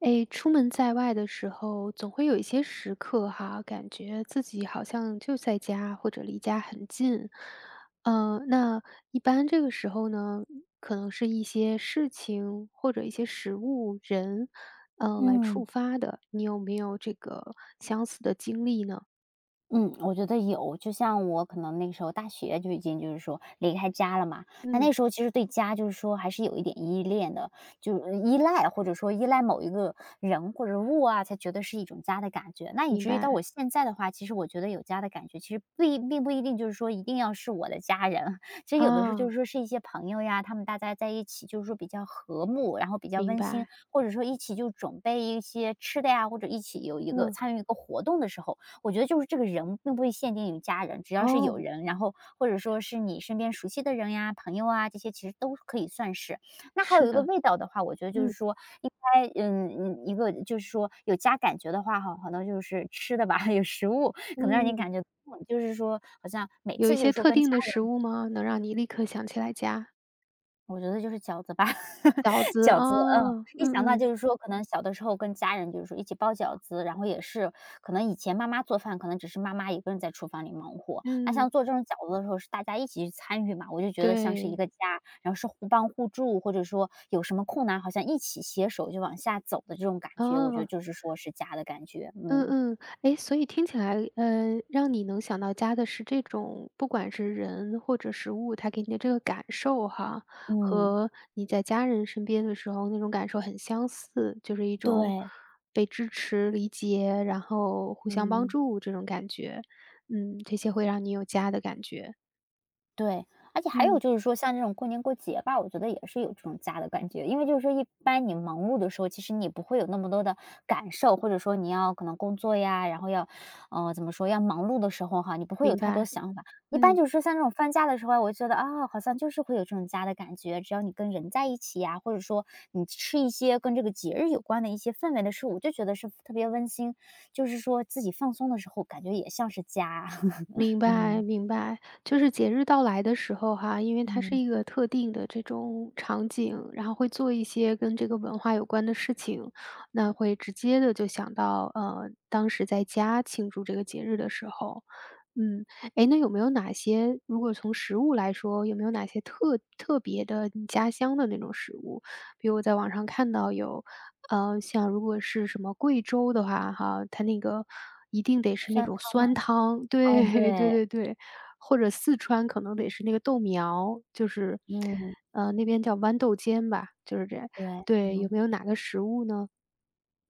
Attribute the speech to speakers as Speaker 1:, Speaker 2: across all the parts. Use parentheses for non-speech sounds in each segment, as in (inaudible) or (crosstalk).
Speaker 1: 诶，出门在外的时候，总会有一些时刻哈，感觉自己好像就在家或者离家很近。那一般这个时候呢，可能是一些事情或者一些食物、人，来
Speaker 2: 嗯
Speaker 1: 触发的。你有没有这个相似的经历呢？
Speaker 2: 嗯，我觉得有。就像我可能那个时候大学就已经就是说离开家了嘛，那那
Speaker 1: 嗯，
Speaker 2: 时候其实对家就是说还是有一点依恋的，就是依赖或者说依赖某一个人或者物啊，才觉得是一种家的感觉。那以
Speaker 1: 明
Speaker 2: 至于
Speaker 1: 白，
Speaker 2: 到我现在的话，其实我觉得有家的感觉，其实不一并不一定就是说一定要是我的家人，(laughs) 其实有的时候就
Speaker 1: 啊，
Speaker 2: 是说是一些朋友呀，他们大家在一起就是说比较和睦，然后比较
Speaker 1: 明
Speaker 2: 温馨，
Speaker 1: 白，
Speaker 2: 或者说一起就准备一些吃的呀，或者一起有一个
Speaker 1: 嗯，
Speaker 2: 参与一个活动的时候。我觉得就是这个人并不会限定于家人，只要是有
Speaker 1: 哦，
Speaker 2: 人，然后或者说是你身边熟悉的人呀、朋友啊，这些其实都可以算是。那还有
Speaker 1: 是
Speaker 2: 一个
Speaker 1: 的，
Speaker 2: 味道的话，我觉得就是
Speaker 1: 嗯
Speaker 2: 说应该，一个就是说有家感觉的话哈，可能就是吃的吧，(laughs) 有食物可能让你
Speaker 1: 嗯，
Speaker 2: 感觉，就是说好像每
Speaker 1: 有一
Speaker 2: 次就
Speaker 1: 些
Speaker 2: 是说
Speaker 1: 特
Speaker 2: 跟家
Speaker 1: 定的食
Speaker 2: 人，
Speaker 1: 物吗？能让你立刻想起来家？
Speaker 2: 我觉得就是饺子吧，
Speaker 1: 饺
Speaker 2: (laughs)
Speaker 1: 子，
Speaker 2: 饺子，嗯，
Speaker 1: 啊，嗯
Speaker 2: 一想到
Speaker 1: 嗯，
Speaker 2: 就是说可能小的时候跟家人就是说一起包饺子，然后也是可能以前妈妈做饭，可能只是妈妈一个人在厨房里忙活。那
Speaker 1: 嗯，
Speaker 2: 像做这种饺子的时候是大家一起去参与嘛，我就觉得像是一
Speaker 1: 对，
Speaker 2: 个家，然后是互帮互助，或者说有什么困难好像一起携手就往下走的这种感觉，我觉得
Speaker 1: 哦，
Speaker 2: 就是说是家的感觉。
Speaker 1: 嗯
Speaker 2: 嗯，
Speaker 1: 嗯。哎，所以听起来，让你能想到家的是这种不管是人或者食物，它给你的这个感受哈，
Speaker 2: 嗯，
Speaker 1: 和你在家人身边的时候那种感受很相似，就是一种
Speaker 2: 对，
Speaker 1: 被支持、理解，然后互相帮
Speaker 2: 嗯。
Speaker 1: 助这种感觉。嗯，这些会让你有家的感觉。
Speaker 2: 对，而且还有
Speaker 1: 嗯，
Speaker 2: 就是说像这种过年过节吧，我觉得也是有这种家的感觉。因为就是说一般你忙碌的时候，其实你不会有那么多的感受，或者说你要可能工作呀，然后要，怎么说，要忙碌的时候哈，你不会有
Speaker 1: 明
Speaker 2: 太多
Speaker 1: 白，
Speaker 2: 想法。一般
Speaker 1: 嗯。
Speaker 2: 就是说像这种放假的时候啊，我就觉得啊，好像就是会有这种家的感觉。只要你跟人在一起呀，或者说你吃一些跟这个节日有关的一些氛围的事物，我就觉得是特别温馨。就是说自己放松的时候，感觉也像是家。(laughs)
Speaker 1: 明
Speaker 2: 嗯。
Speaker 1: 白
Speaker 2: 嗯。
Speaker 1: 明白，就是节日到来的时候哈，因为它是
Speaker 2: 嗯，
Speaker 1: 一个特定的这种场景，然后会做一些跟这个文化有关的事情，那会直接的就想到，当时在家庆祝这个节日的时候。嗯，哎，那有没有哪些如果从食物来说，有没有哪些特别的你家乡的那种食物？比如我在网上看到有，像如果是什么贵州的话哈，它那个一定得是那
Speaker 2: 酸
Speaker 1: 种酸
Speaker 2: 汤。
Speaker 1: 汤，
Speaker 2: 哦，
Speaker 1: 对 (laughs)，对
Speaker 2: 对，
Speaker 1: 对对，或者四川可能得是那个豆苗，就是，
Speaker 2: 嗯，
Speaker 1: 那边叫豌豆尖吧，就是这样，
Speaker 2: 对，
Speaker 1: 对，有
Speaker 2: 嗯，
Speaker 1: 没有哪个食物呢？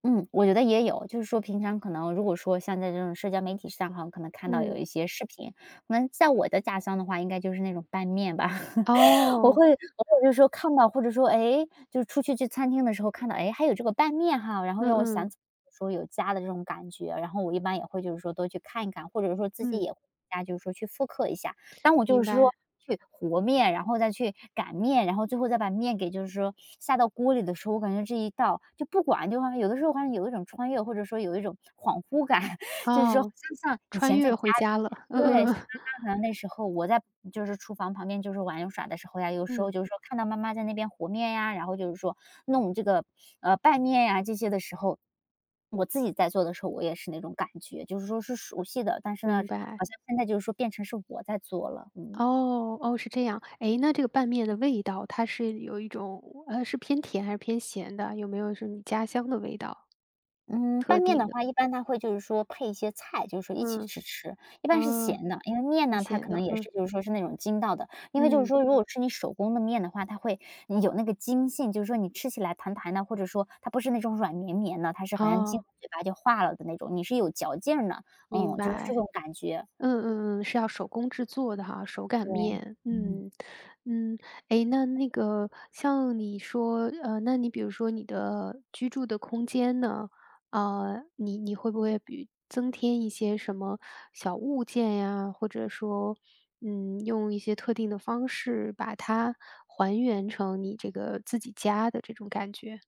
Speaker 2: 嗯，我觉得也有。就是说平常可能如果说像在这种社交媒体上哈，可能看到有
Speaker 1: 嗯，
Speaker 2: 一些视频，可能在我的家乡的话，应该就是那种拌面吧。(laughs) 我
Speaker 1: 哦，
Speaker 2: 会我有就是说看到，或者说，哎，就是出去去餐厅的时候看到，哎，还有这个拌面哈，然后
Speaker 1: 嗯
Speaker 2: 让我
Speaker 1: 嗯，
Speaker 2: 想起说有家的这种感觉。然后我一般也会就是说多去看一看，或者说自己
Speaker 1: 嗯，
Speaker 2: 也会在家就是说去复刻一下。当我就
Speaker 1: 明
Speaker 2: 是
Speaker 1: 白，
Speaker 2: 说去和面，然后再去擀面，然后最后再把面给就是说下到锅里的时候，我感觉这一道就不管就好像有的时候好像有一种穿越，或者说有一种恍惚感，(laughs) 就是说
Speaker 1: 哦。
Speaker 2: 像以
Speaker 1: 穿
Speaker 2: 前在
Speaker 1: 越
Speaker 2: 家
Speaker 1: 回家了，(laughs)
Speaker 2: 里
Speaker 1: 嗯
Speaker 2: 面，
Speaker 1: 嗯
Speaker 2: 对，
Speaker 1: 嗯，
Speaker 2: 可能那时候我在就是厨房旁边就是玩耍的时候呀，有时候
Speaker 1: 嗯
Speaker 2: 就是说看到妈妈在那边和面呀，然后就是说弄这个拌面呀这些的时候，我自己在做的时候，我也是那种感觉，就是说是熟悉的，但是呢，
Speaker 1: 明
Speaker 2: 好
Speaker 1: 白。
Speaker 2: 像现在就是说变成是我在做了，嗯。
Speaker 1: 哦，哦，是这样。诶，那这个拌面的味道，它是有一种是偏甜还是偏咸的？有没有是你家乡的味道，
Speaker 2: 嗯，拌
Speaker 1: 特
Speaker 2: 面
Speaker 1: 定
Speaker 2: 的
Speaker 1: 的？
Speaker 2: 话，一般它会就是说配一些菜，就是说一起
Speaker 1: 嗯，
Speaker 2: 去吃，一般是
Speaker 1: 哦，
Speaker 2: 咸的。因为面
Speaker 1: 挺
Speaker 2: 呢，它
Speaker 1: 咸
Speaker 2: 可能
Speaker 1: 的，
Speaker 2: 也
Speaker 1: 嗯，
Speaker 2: 是就是说是那种筋道的，因为就是
Speaker 1: 嗯，
Speaker 2: 说如果是你手工的面的话，它会嗯有那个筋性，就是说你吃起来弹弹的，或者说它不是那种软绵绵的，它是好像进
Speaker 1: 哦，
Speaker 2: 嘴巴就化了的那种，你是有嚼劲儿的，
Speaker 1: 明
Speaker 2: 嗯，就是这
Speaker 1: 白。
Speaker 2: 种感觉，
Speaker 1: 嗯嗯嗯，是要手工制作的哈，手擀
Speaker 2: 对，
Speaker 1: 面。
Speaker 2: 嗯。
Speaker 1: 嗯，嗯，诶，那个像你说，那你比如说你的居住的空间呢，啊，你会不会比增添一些什么小物件呀，或者说，嗯，用一些特定的方式把它还原成你这个自己家的这种感觉？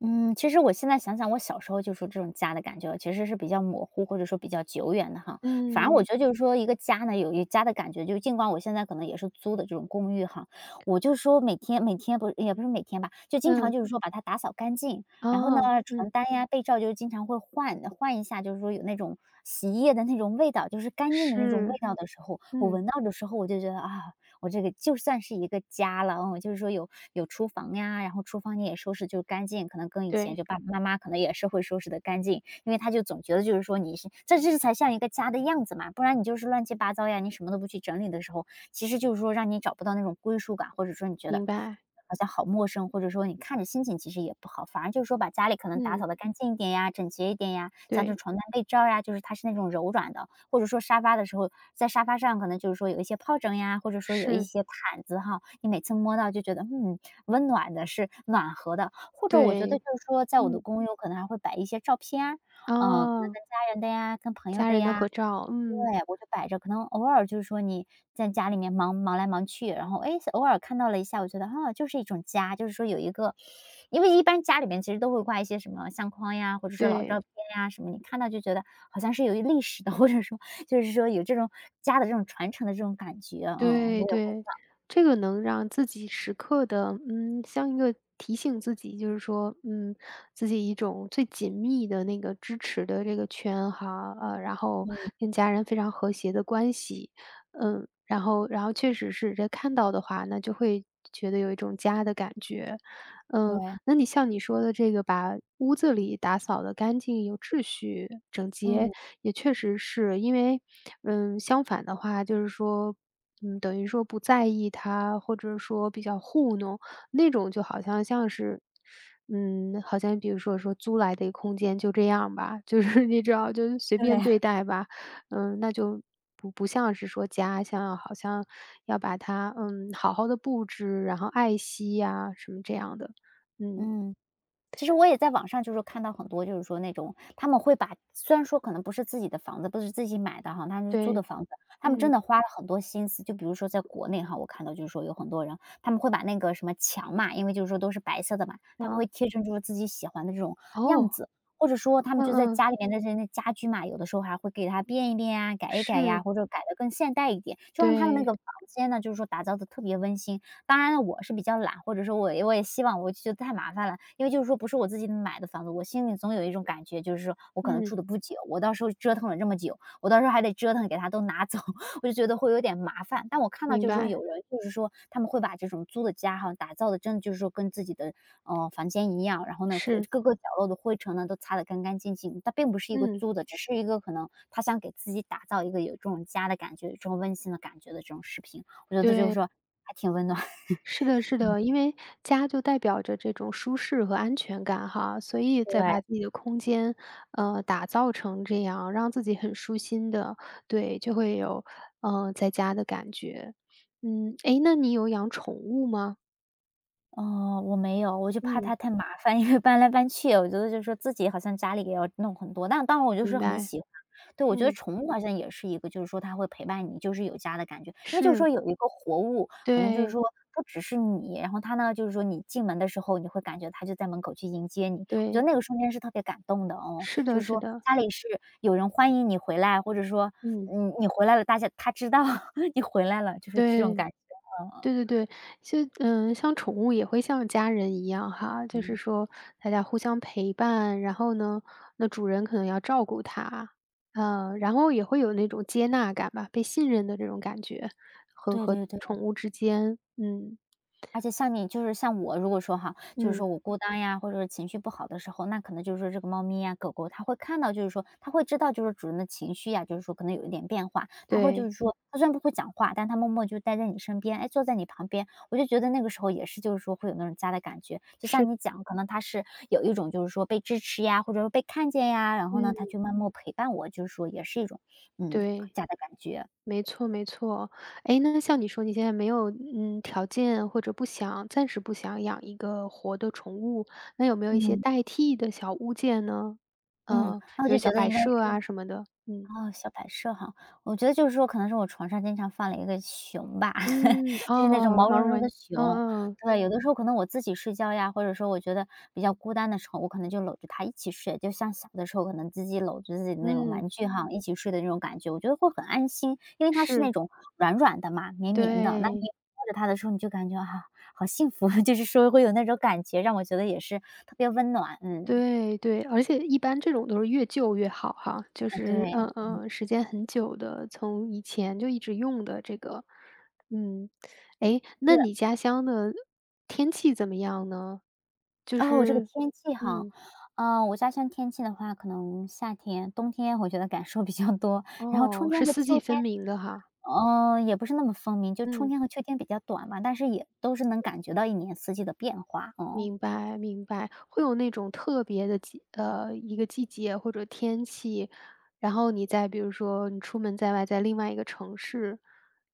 Speaker 2: 嗯，其实我现在想想，我小时候就说这种家的感觉其实是比较模糊，或者说比较久远的哈。反正我嗯
Speaker 1: 嗯，
Speaker 2: 觉得就是说一个家呢，有一家的感觉，就尽管我现在可能也是租的这种公寓哈，我就说每天不是也不是每天吧，就经常
Speaker 1: 嗯，
Speaker 2: 就是说把它打扫干净，然后呢
Speaker 1: 哦，
Speaker 2: 床
Speaker 1: 嗯，
Speaker 2: 单呀被罩就是经常会换换一下，就是说有那种洗衣液的那种味道，就是干净的那种味
Speaker 1: 是，
Speaker 2: 道的时候，我
Speaker 1: 嗯，
Speaker 2: 闻到的时候我就觉得啊。我这个就算是一个家了，嗯，就是说有厨房呀，然后厨房你也收拾就干净，可能跟以前
Speaker 1: 对，
Speaker 2: 就爸爸妈妈可能也是会收拾的干净，因为他就总觉得就是说你是这才像一个家的样子嘛，不然你就是乱七八糟呀，你什么都不去整理的时候，其实就是说让你找不到那种归属感，或者说你觉得
Speaker 1: 明白，
Speaker 2: 好像好陌生，或者说你看着心情其实也不好，反而就是说把家里可能打
Speaker 1: 嗯，
Speaker 2: 扫的干净一点呀，整洁一点呀，像这种
Speaker 1: 对。
Speaker 2: 床单被罩呀，就是它是那种柔软的，或者说沙发的时候，在沙发上可能就是说有一些疱疹呀，或者说有一
Speaker 1: 是，
Speaker 2: 些毯子哈，你每次摸到就觉得，嗯，温暖的，是暖和的。或者我觉得就
Speaker 1: 对，
Speaker 2: 是说，在我的
Speaker 1: 嗯，
Speaker 2: 公寓，我可能还会摆一些照片啊，嗯，呃可能
Speaker 1: 哦，
Speaker 2: 跟家人的呀，跟朋友
Speaker 1: 家
Speaker 2: 的
Speaker 1: 人的
Speaker 2: 呀，
Speaker 1: 合照，嗯，
Speaker 2: 对，我就摆着，可能偶尔就是说你在家里面忙来忙去，然后哎，诶，偶尔看到了一下，我觉得，啊，就是一种家，就是说有一个，因为一般家里面其实都会挂一些什么相框呀，或者说老照
Speaker 1: 对。
Speaker 2: 片呀什么，你看到就觉得好像是有一历史的，或者说就是说有这种家的这种传承的这种感觉，嗯，
Speaker 1: 对
Speaker 2: 我也会，
Speaker 1: 对，这个能让自己时刻的，嗯，像一个提醒自己，就是说，嗯，自己一种最紧密的那个支持的这个圈哈，然后跟家人非常和谐的关系，嗯，然后确实是这看到的话，那就会觉得有一种家的感觉。嗯，
Speaker 2: 对，
Speaker 1: 那你像你说的这个把屋子里打扫的干净有秩序整洁，
Speaker 2: 嗯，
Speaker 1: 也确实是，因为，嗯，相反的话就是说，嗯，等于说不在意他，或者说比较糊弄，那种就好像像是，嗯，好像比如说租来的一个空间就这样吧，(laughs) 就是你知道，就是随便
Speaker 2: 对，
Speaker 1: 对待吧，嗯，那就不像是说家，像好像要把它，嗯，好好的布置，然后爱惜呀什么这样的。嗯，
Speaker 2: 嗯。其实我也在网上就是看到很多，就是说那种他们会把，虽然说可能不是自己的房子，不是自己买的哈，他们是租的
Speaker 1: 对，
Speaker 2: 房子，他们真
Speaker 1: 嗯，
Speaker 2: 的花了很多心思。就比如说在国内哈，我看到就是说有很多人，他们会把那个什么墙嘛，因为就是说都是白色的嘛，他们
Speaker 1: 啊，
Speaker 2: 会贴成就是自己喜欢的这种样
Speaker 1: 哦，
Speaker 2: 子，或者说他们
Speaker 1: 嗯
Speaker 2: 就在
Speaker 1: 嗯，
Speaker 2: 家里面那些那家居嘛，有的时候还会给它变一变啊，改一改呀，
Speaker 1: 是，
Speaker 2: 或者改的更现代一点，就让他们那
Speaker 1: 对，
Speaker 2: 个房间呢，就是说打造的特别温馨。当然了，我是比较懒，或者说我也希望，我就觉得太麻烦了，因为就是说不是我自己买的房子，我心里总有一种感觉，就是说我可能
Speaker 1: 嗯。
Speaker 2: 住的不久，我到时候折腾了这么久，我到时候还得折腾给他都拿走，(laughs) 我就觉得会有点麻烦。但我看到
Speaker 1: 明
Speaker 2: 就是说
Speaker 1: 白，
Speaker 2: 有人就是说他们会把这种租的家哈打造的真的就是说跟自己的房间一样，然后呢灰
Speaker 1: 是，
Speaker 2: 各个角落的灰尘呢都擦得干干净净，它并不是一个
Speaker 1: 嗯，
Speaker 2: 租的，只是一个可能他想给自己打造一个有这种家的感觉、有这种温馨的感觉的这种视频。我觉得就是
Speaker 1: 对，
Speaker 2: 说还挺温暖。(laughs)
Speaker 1: 是的，是的，因为家就代表着这种舒适和安全感哈，所以再
Speaker 2: 对，
Speaker 1: 把自己的空间，打造成这样，让自己很舒心的，对，就会有，在家的感觉。嗯，诶，那你有养宠物吗？
Speaker 2: 哦，我没有，我就怕它
Speaker 1: 嗯，
Speaker 2: 太麻烦，因为搬来搬去，我觉得就是说自己好像家里也要弄很多，但当然我就
Speaker 1: 明
Speaker 2: 是很
Speaker 1: 白，
Speaker 2: 喜欢。对，我觉得
Speaker 1: 嗯，
Speaker 2: 宠物好像也是一个，就是说它会陪伴你，就是有家的感觉。因为就是说
Speaker 1: 是，
Speaker 2: 有一个活物，可能就是
Speaker 1: 对，
Speaker 2: 说不只是你，然后它呢，就是说你进门的时候，你会感觉它就在门口去迎接你。我觉得
Speaker 1: 对，
Speaker 2: 那个瞬间是特别感动的哦，
Speaker 1: 是
Speaker 2: 就
Speaker 1: 的，
Speaker 2: 是
Speaker 1: 是
Speaker 2: 说
Speaker 1: 的，
Speaker 2: 家里是有人欢迎你回来，或者说，
Speaker 1: 嗯，
Speaker 2: 嗯，你回来了，大家它知道 (laughs) 你回来了，就是这种
Speaker 1: 对。
Speaker 2: 感觉。嗯
Speaker 1: 对对对，其实，嗯，像宠物也会像家人一样哈，就是
Speaker 2: 嗯，
Speaker 1: 说大家互相陪伴，然后呢，那主人可能要照顾它，然后也会有那种接纳感吧，被信任的这种感觉，和
Speaker 2: 对
Speaker 1: 和
Speaker 2: 对对。
Speaker 1: 宠物之间，嗯
Speaker 2: 而且像你就是像我，如果说哈，就是
Speaker 1: 嗯，
Speaker 2: 说我孤单呀，或者是情绪不好的时候，那可能就是说这个猫咪呀、狗狗，它会看到，就是说它会知道，就是主人的情绪呀，就是说可能有一点变化，它会就是
Speaker 1: 对，
Speaker 2: 说，它虽然不会讲话，但它默默就待在你身边，哎，坐在你旁边，我就觉得那个时候也是，就是说会有那种家的感觉。就
Speaker 1: 是，
Speaker 2: 像你讲，可能它是有一种就是说被支持呀，或者说被看见呀，然后呢，它
Speaker 1: 嗯，
Speaker 2: 就默默陪伴我，就是说也是一种嗯
Speaker 1: 对。
Speaker 2: 家的感觉。
Speaker 1: 没错没错。哎，那像你说你现在没有，嗯，条件或者不想暂时不想养一个活的宠物，那有没有一些
Speaker 2: 嗯
Speaker 1: 代替的小物件呢？
Speaker 2: 嗯，那我
Speaker 1: 比如
Speaker 2: 就觉
Speaker 1: 小
Speaker 2: 得
Speaker 1: 摆
Speaker 2: 应该
Speaker 1: 设啊什么的，嗯。
Speaker 2: 哦，小摆设哈，我觉得就是说可能是我床上经常放了一个熊吧，
Speaker 1: 嗯，
Speaker 2: (laughs) 就是那种
Speaker 1: 哦，
Speaker 2: 毛
Speaker 1: 毛
Speaker 2: 茸
Speaker 1: 绒
Speaker 2: 茸的
Speaker 1: 玩嗯
Speaker 2: 熊。
Speaker 1: 嗯，
Speaker 2: 对，有的时候可能我自己睡觉呀，或者说我觉得比较孤单的时候，我可能就搂着它一起睡，就像小的时候可能自己搂着自己的那种玩
Speaker 1: 嗯，
Speaker 2: 具哈，一起睡的那种感觉，我觉得会很安心。因为它是那
Speaker 1: 是，
Speaker 2: 种软软的嘛，绵绵的，那你
Speaker 1: 对。
Speaker 2: 抱着它的时候，你就感觉啊，好幸福，(laughs) 就是说会有那种感觉，让我觉得也是特别温暖。嗯，
Speaker 1: 对对，而且一般这种都是越旧越好哈，就
Speaker 2: 哎，对，
Speaker 1: 是
Speaker 2: 对。
Speaker 1: 时间很久的，从以前就一直用的这个，嗯，诶，那你家乡的天气怎么样呢？就
Speaker 2: 哦，这个
Speaker 1: 是
Speaker 2: 天气哈，
Speaker 1: 嗯，
Speaker 2: 嗯，我家乡天气的话，可能夏天、冬天我觉得感受比较多，然后春
Speaker 1: 哦，
Speaker 2: 天
Speaker 1: 是
Speaker 2: 和
Speaker 1: 四季
Speaker 2: 秋天，
Speaker 1: 分明的哈，
Speaker 2: 嗯，也不是那么分明，就春
Speaker 1: 嗯。
Speaker 2: 天和秋天比较短嘛，但是也都是能感觉到一年四季的变化，嗯。
Speaker 1: 明白明白，会有那种特别的一个季节或者天气，然后你再比如说你出门在外，在另外一个城市，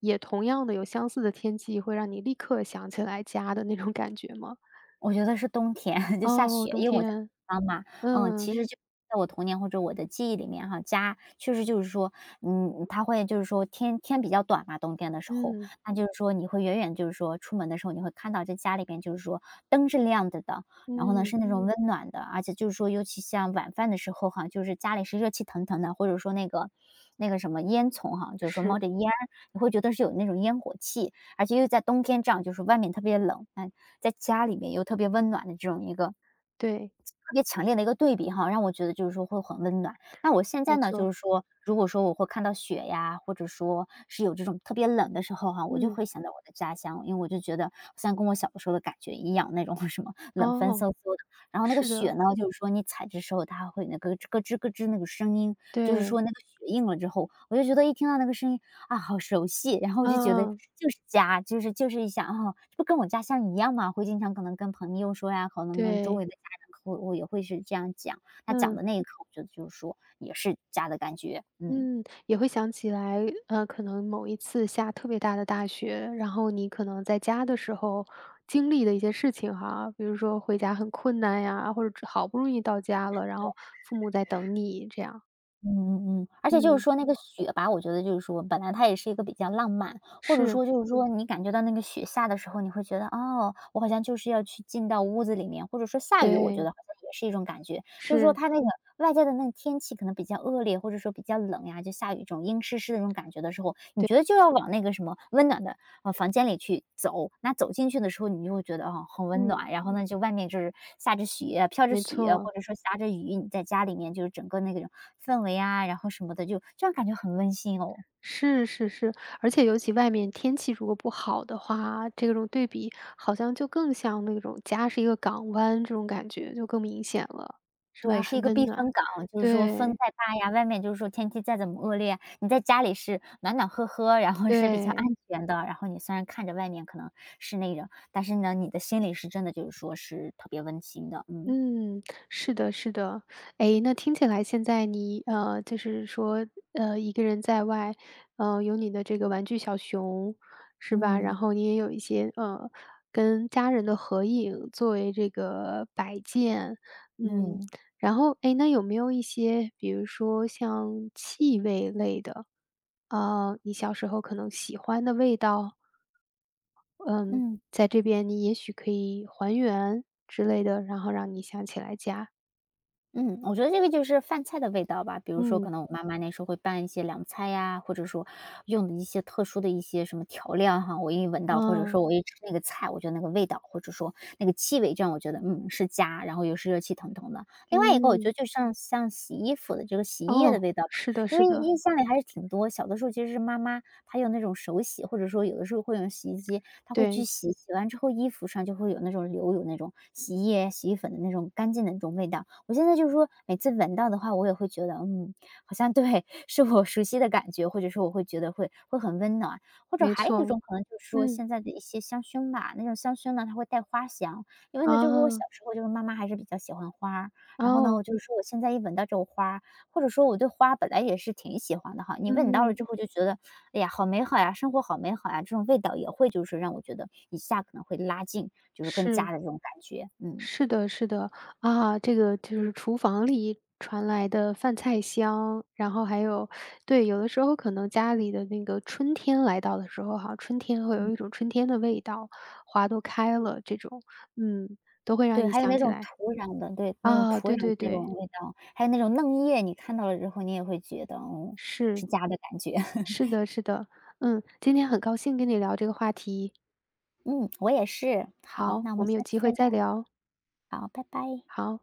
Speaker 1: 也同样的有相似的天气，会让你立刻想起来家的那种感觉吗？
Speaker 2: 我觉得是冬天，(laughs) 就下
Speaker 1: 哦，
Speaker 2: 雪，
Speaker 1: 冬
Speaker 2: 因为我在北
Speaker 1: 天，
Speaker 2: 方嘛，嗯，其
Speaker 1: 嗯，
Speaker 2: 实就在我童年或者我的记忆里面哈，家确实就是说，嗯，它会就是说天天比较短嘛，冬天的时候，
Speaker 1: 嗯，
Speaker 2: 那就是说你会远远就是说出门的时候，你会看到这家里边就是说灯是亮着的，然后呢
Speaker 1: 嗯，
Speaker 2: 是那种温暖的，而且就是说，尤其像晚饭的时候哈，就是家里是热气腾腾的，或者说那个那个什么烟囱哈，就是说冒
Speaker 1: 是，
Speaker 2: 着烟儿，你会觉得是有那种烟火气，而且又在冬天这样，就是外面特别冷，那在家里面又特别温暖的这种一个
Speaker 1: 对，
Speaker 2: 特别强烈的一个对比哈，让我觉得就是说会很温暖。那我现在
Speaker 1: 没
Speaker 2: 呢，就
Speaker 1: 错，
Speaker 2: 是说，如果说我会看到雪呀，或者说是有这种特别冷的时候哈，我就
Speaker 1: 嗯，
Speaker 2: 会想到我的家乡，因为我就觉得好像跟我小的时候的感觉一样，那种 (laughs) 什么冷风嗖
Speaker 1: 哦，
Speaker 2: 嗖的，然后那个
Speaker 1: 是
Speaker 2: 雪
Speaker 1: 的，
Speaker 2: 呢，就是说你踩着时候它会那个咯吱咯吱那个声音，就是说
Speaker 1: 对，
Speaker 2: 那个血印了之后，我就觉得一听到那个声音，啊，好熟悉，然后我就觉得
Speaker 1: 嗯嗯，
Speaker 2: 就是家，就是一想，啊，这不跟我家乡一样嘛，会经常可能跟朋友说呀，可能跟周
Speaker 1: 对，
Speaker 2: 围的家人会我也会是这样讲，他讲
Speaker 1: 嗯。
Speaker 2: 的那一刻，我觉得就是说也是家的感觉，嗯。
Speaker 1: 嗯，也会想起来，可能某一次下特别大的大雪，然后你可能在家的时候经历的一些事情哈，比如说回家很困难呀，或者只好不容易到家了，然后父母在等你这样。
Speaker 2: 嗯嗯嗯，而且就是
Speaker 1: 嗯，
Speaker 2: 说那个雪吧，我觉得就是说，本来它也是一个比较浪漫，或者
Speaker 1: 是，
Speaker 2: 说就是说你感觉到那个雪下的时候，你会觉得，哦，我好像就是要去进到屋子里面，或者说下雨，我觉
Speaker 1: 对，
Speaker 2: 得好像也是一种感觉。就是说
Speaker 1: 是，
Speaker 2: 它那个外在的那个天气可能比较恶劣，或者说比较冷呀，就下雨这种阴湿湿的那种感觉的时候，你
Speaker 1: 对，
Speaker 2: 觉得就要往那个什么温暖的，房间里去走。那走进去的时候，你就会觉得，啊很温
Speaker 1: 嗯，
Speaker 2: 暖，然后呢，就外面就是下着雪，飘着
Speaker 1: 没
Speaker 2: 雪，或
Speaker 1: 错，
Speaker 2: 者说下着雨，你在家里面就是整个那个氛围啊，然后什么的，就这样感觉很温馨哦。
Speaker 1: 是是是，而且尤其外面天气如果不好的话，这种对比好像就更像那种家是一个港湾这种感觉就更明显了，是
Speaker 2: 对，
Speaker 1: 吧？
Speaker 2: 是一
Speaker 1: 很
Speaker 2: 个
Speaker 1: 温
Speaker 2: 避
Speaker 1: 暖，
Speaker 2: 风港，就是说风
Speaker 1: 对。
Speaker 2: 再大呀，外面就是说天气再怎么恶劣，你在家里是暖暖和和，然后是比较安
Speaker 1: 对，
Speaker 2: 全的。然后你虽然看着外面可能是那个，但是呢，你的心里是真的就是说是特别温馨的。嗯
Speaker 1: 嗯，是的，是的。哎，那听起来现在你就是说，一个人在外，有你的这个玩具小熊，是吧？然
Speaker 2: 嗯
Speaker 1: 后你也有一些跟家人的合影作为这个摆件，嗯。
Speaker 2: 嗯
Speaker 1: 然后哎，诶，那有没有一些，比如说像气味类的，啊，你小时候可能喜欢的味道？
Speaker 2: 嗯。
Speaker 1: 在这边你也许可以还原之类的，然后让你想起来家。
Speaker 2: 嗯，我觉得这个就是饭菜的味道吧。比如说，可
Speaker 1: 嗯，
Speaker 2: 能我妈那时候会拌一些凉菜呀，或者说用的一些特殊的一些什么调料哈，我一闻到，或者说
Speaker 1: 啊，
Speaker 2: 我一吃那个菜，我觉得那个味道，或者说那个气味，这样我觉得，嗯，是家，然后又是热气腾腾的。另外一个我觉
Speaker 1: 嗯，
Speaker 2: 得就像像洗衣服的这个洗衣液的
Speaker 1: 哦，
Speaker 2: 味道吧，
Speaker 1: 是的
Speaker 2: 因为
Speaker 1: 是的，
Speaker 2: 印象里还是挺多，小的时候其实是妈妈她用那种手洗，或者说有的时候会用洗衣机，她会去
Speaker 1: 对，
Speaker 2: 洗，洗完之后衣服上就会有那种留有那种洗衣液、洗衣粉的那种干净的那种味道。我现在就是说，每次闻到的话，我也会觉得，嗯，好像 (laughs) 对，是我熟悉的感觉，或者说我会觉得会很温暖。或者
Speaker 1: 没
Speaker 2: 还有一
Speaker 1: 错，
Speaker 2: 种可能就是说
Speaker 1: 嗯，
Speaker 2: 现在的一些香薰吧，那种香薰呢，它会带花香。因为呢，就是我小
Speaker 1: 啊，
Speaker 2: 时候就是妈妈还是比较喜欢花儿然后呢，我
Speaker 1: 哦，
Speaker 2: 就是说我现在一闻到这种花儿或者说我对花本来也是挺喜欢的哈，你闻到了
Speaker 1: 嗯，
Speaker 2: 之后就觉得，哎呀，好美好呀，生活好美好呀，这种味道也会就是让我觉得一下可能会拉近，就是更
Speaker 1: 是，
Speaker 2: 加的这种感觉，嗯。
Speaker 1: 是的是的，啊，这个就是厨房里传来的饭菜香，然后还有对，有的时候可能家里的那个春天来到的时候哈，春天会有一种春天的味道，花都开了这种，嗯，都会让
Speaker 2: 对，
Speaker 1: 你
Speaker 2: 还有
Speaker 1: 想
Speaker 2: 那
Speaker 1: 起
Speaker 2: 种
Speaker 1: 来。
Speaker 2: 土壤的，对，那种
Speaker 1: 啊，
Speaker 2: 土壤
Speaker 1: 对
Speaker 2: 的
Speaker 1: 对
Speaker 2: 那
Speaker 1: 对，
Speaker 2: 种味道，还有那种嫩叶，你看到了之后，你也会觉得，嗯，是
Speaker 1: 是，
Speaker 2: 家的感觉。
Speaker 1: 是
Speaker 2: (laughs)
Speaker 1: 的，是的，嗯，今天很高兴跟你聊这个话题，
Speaker 2: 嗯，我也是。好，
Speaker 1: 好，
Speaker 2: 那我
Speaker 1: 我
Speaker 2: 们
Speaker 1: 们有
Speaker 2: 下次
Speaker 1: 机
Speaker 2: 再
Speaker 1: 会
Speaker 2: 聊，
Speaker 1: 再聊，
Speaker 2: 好，拜拜。
Speaker 1: 好。